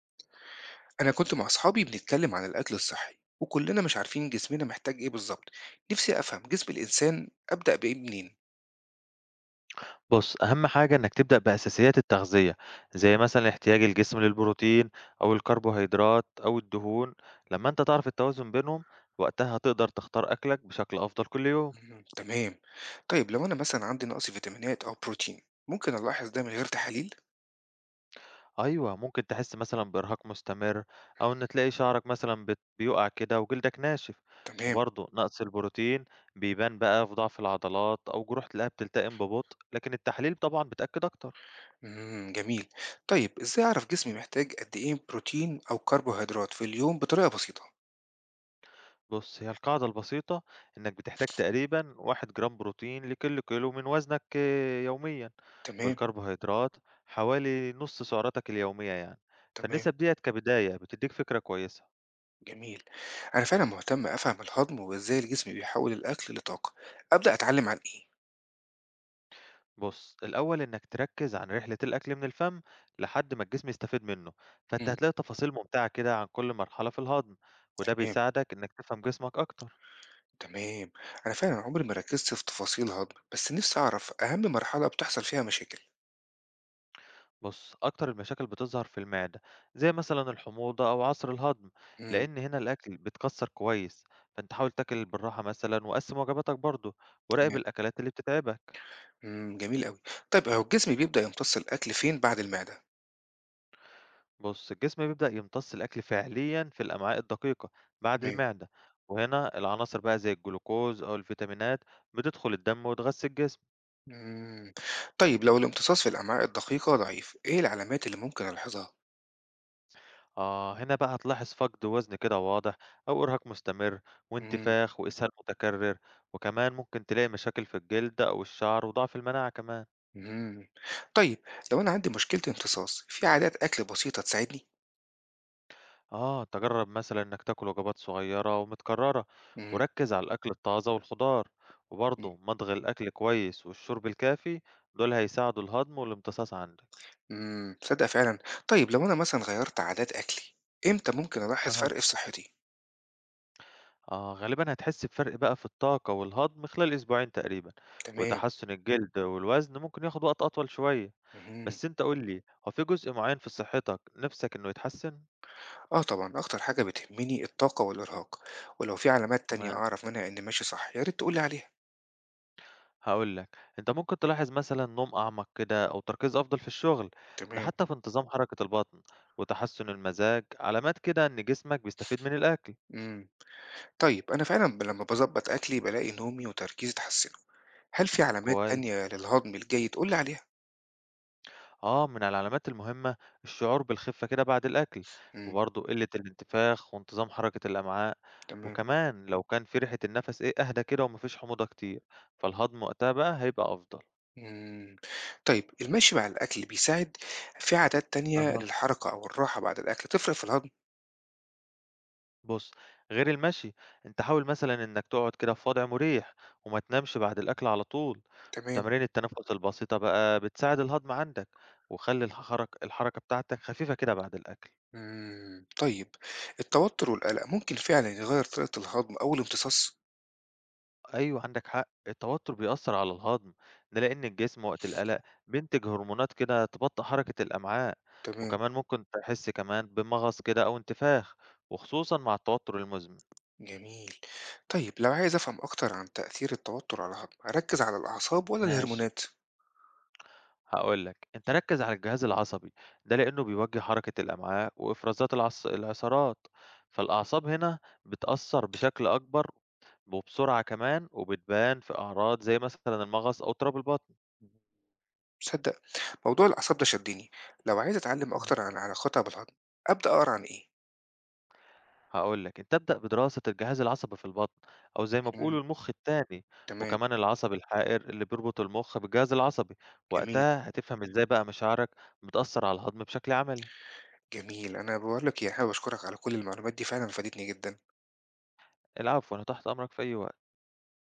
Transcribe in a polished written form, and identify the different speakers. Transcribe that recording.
Speaker 1: أنا كنت مع أصحابي بنتكلم عن الأكل الصحي وكلنا مش عارفين جسمنا محتاج إيه بالظبط. نفسي أفهم جسم الإنسان، أبدأ بإيه منين؟
Speaker 2: بُص، أهم حاجة إنك تبدأ بأساسيات التغذية، زي مثلًا احتياج الجسم للبروتين أو الكربوهيدرات أو الدهون، لمّا أنت تعرف التوازن بينهم، وقتها هتقدر تختار أكلك بشكل أفضل كل يوم.
Speaker 1: مم، تمام. طيب لو أنا مثلا عندي نقص فيتامينات أو بروتين، ممكن ألاحظ ده من غير تحاليل؟
Speaker 2: أيوه، ممكن تحس مثلًا بإرهاق مستمر أو إن تلاقي شعرك مثلًا بيُقع كده وجلدك ناشف،
Speaker 1: تمام.
Speaker 2: وبرضه نقص البروتين بيبان بقى في ضعف العضلات أو جروح تلاقيها بتلتئم ببطء، لكن التحاليل طبعًا بتأكد أكتر.
Speaker 1: مم. جميل. طيب إزاي أعرف جسمي محتاج قد إيه بروتين أو كربوهيدرات في اليوم بطريقة بسيطة؟
Speaker 2: بُص، هي القاعدة البسيطة إنّك بتحتاج تقريبًا 1 جرام بروتين لكل كيلو من وزنك آه، يوميًا،
Speaker 1: تمام.
Speaker 2: والكربوهيدرات حوالي نُص سعراتك اليومية يعني،
Speaker 1: تمام.
Speaker 2: فالنسب ديّة كبداية بتدّيك فكرة كويسة.
Speaker 1: جميل. أنا فعلا مهتم أفهم الهضم وإزاي الجسم بيحول الأكل لطاقة، أبدأ أتعلم عن إيه؟
Speaker 2: بُص، الأول إنّك تركّز عن رحلة الأكل من الفم لحد ما الجسم يستفيد منه، فأنت
Speaker 1: مم.
Speaker 2: هتلاقي تفاصيل ممتعة كده عن كل مرحلة في الهضم، وده
Speaker 1: تمام.
Speaker 2: بيساعدك إنّك تفهم جسمك أكتر.
Speaker 1: تمام. أنا فعلا عمري ما ركزت في تفاصيل هضم بس نفسي أعرف أهم مرحلة بتحصل فيها مشاكل.
Speaker 2: بص أكتر المشاكل بتظهر في المعدة زي مثلا الحموضة أو عسر الهضم
Speaker 1: امم.
Speaker 2: لأن هنا الأكل بيتكسر كويس، فأنت حاول تاكل بالراحة مثلا وقسم وجباتك برضه وراقب
Speaker 1: تمام.
Speaker 2: الأكلات اللي بتتعبك.
Speaker 1: امم، جميل أوي. طيب هو الجسم بيبدأ يمتص الأكل فين بعد المعدة؟
Speaker 2: بص الجسم بيبدأ يمتص الأكل فعليا في الأمعاء الدقيقة بعد
Speaker 1: تمام.
Speaker 2: المعدة، وهنا العناصر بقى زي الجلوكوز أو الفيتامينات بتدخل الدم وتغذي الجسم.
Speaker 1: امم. طيب لو الامتصاص في الأمعاء الدقيقة ضعيف، إيه العلامات اللي ممكن ألاحظها؟
Speaker 2: آه هنا بقى هتلاحظ فقد وزن كده واضح أو إرهاق مستمر
Speaker 1: امم.
Speaker 2: وانتفاخ وإسهال متكرر، وكمان ممكن تلاقي مشاكل في الجلد أو الشعر وضعف المناعة كمان.
Speaker 1: امم. طيب لو أنا عندي مشكلة امتصاص، في عادات أكل بسيطة تساعدني؟
Speaker 2: آه تجرب مثلا إنك تاكل وجبات صغيرة ومتكررة
Speaker 1: امم.
Speaker 2: وركز على الأكل الطازة والخضار، وبرضه مضغ الأكل كويس والشرب الكافي، دول هيساعدوا الهضم والامتصاص عندك.
Speaker 1: امم، صدق فعلا. طيب لو أنا مثلا غيرت عادات أكلي، إمتى ممكن ألاحظ
Speaker 2: أها،
Speaker 1: فرق في صحتي؟
Speaker 2: آه غالبا هتحس بفرق بقى في الطاقة والهضم خلال أسبوعين تقريبا،
Speaker 1: تمام.
Speaker 2: وتحسن الجلد والوزن ممكن ياخد وقت أطول شوية.
Speaker 1: مهم.
Speaker 2: بس أنت قُل لي، هو في جزء معيّن في صحتك نِفْسك إنه يتحسّن؟
Speaker 1: آه طبعًا، أكتر حاجة بتهمني الطاقة والإرهاق، ولو في علامات تانية
Speaker 2: تمام،
Speaker 1: أعرف منها إني ماشي صح يا ريت تقول لي عليها.
Speaker 2: هاقول لك، أنت ممكن تلاحظ مثلًا نوم أعمق كده أو تركيز أفضل في الشغل، ده
Speaker 1: تمام.
Speaker 2: حتى في انتظام حركة البطن وتحسُّن المزاج، علامات كده إن جسمك بيستفيد من الأكل.
Speaker 1: إمم، طيب أنا فعلًا لمّا باضبّط أكلي بالاقي نومي وتركيزي اتحسنوا، هل في علامات
Speaker 2: كويس.
Speaker 1: تانية للهضم الجيد قُل لي عليها؟
Speaker 2: آه، من العلامات المهمة الشعور بالخِفّة كده بعد الأكل،
Speaker 1: إمم،
Speaker 2: وبرضه قِلّة الانتفاخ وانتظام حركة الأمعاء،
Speaker 1: تمام.
Speaker 2: وكمان لو كان في ريحة النَفَس إيه أهدى كده وما فيش حموضة كتير، فالهضم وقتها بقى هيبقى أفضل.
Speaker 1: إمم، طيب المشي مع الأكل بيساعد، في عادات تانية
Speaker 2: أها.
Speaker 1: للحركة أو الراحة بعد الأكل تفرق في الهضم؟
Speaker 2: بُص، غير المشي، أنت حاول مثلًا إنك تقعد كده في وضع مريح وما تنامش بعد الأكل على طول،
Speaker 1: تمام.
Speaker 2: وتمارين التنفس البسيطة بقى بتساعد الهضم عندك، وخلّي الحركة بتاعتك خفيفة كده بعد الأكل.
Speaker 1: إمم، طيب التوتر والقلق ممكن فعلًا يغيّر طريقة الهضم أو الامتصاص؟
Speaker 2: أيوه عندك حق، التوتر بيأثّر على الهضم، ده لإن الجسم وقت القلق بينتج هرمونات كده تبطّئ حركة الأمعاء،
Speaker 1: تمام.
Speaker 2: وكمان ممكن تحس كمان بمغص كده أو انتفاخ، وخصوصًا مع التوتر المزمن.
Speaker 1: جميل. طيب لو عايز أفهم أكتر عن تأثير التوتر على الهضم، أركز على الأعصاب ولا
Speaker 2: ماشي.
Speaker 1: الهرمونات؟
Speaker 2: هاقول لك، أنت ركّز على الجهاز العصبي، ده لإنه بيوجّه حركة الأمعاء وإفرازات العصارات، فالأعصاب هنا بتأثّر بشكل أكبر وبسرعة كمان وبتبان في أعراض زي مثلًا المغص أو اضطراب البطن.
Speaker 1: تصدق موضوع الأعصاب ده شدني، لو عايز أتعلم
Speaker 2: إمم.
Speaker 1: أكتر عن علاقتها بالهضم، أبدأ أقرأ عن إيه؟
Speaker 2: هاقول لك، أنت ابدأ بدراسة الجهاز العصبي في البطن أو زي ما
Speaker 1: مم.
Speaker 2: بيقولوا المُخ التاني،
Speaker 1: تمام،
Speaker 2: وكمان العصب الحائر اللي بيربط المُخ بالجهاز العصبي،
Speaker 1: جميل،
Speaker 2: وقتها هتفهم إزاي بقى مشاعرك بتأثّر على الهضم بشكل عملي.
Speaker 1: جميل. أنا باقول لك إيه، حابب أشكرك على كل المعلومات دي فعلًا فادتني جدًا.
Speaker 2: العفو، أنا تحت أمرك في أي وقت.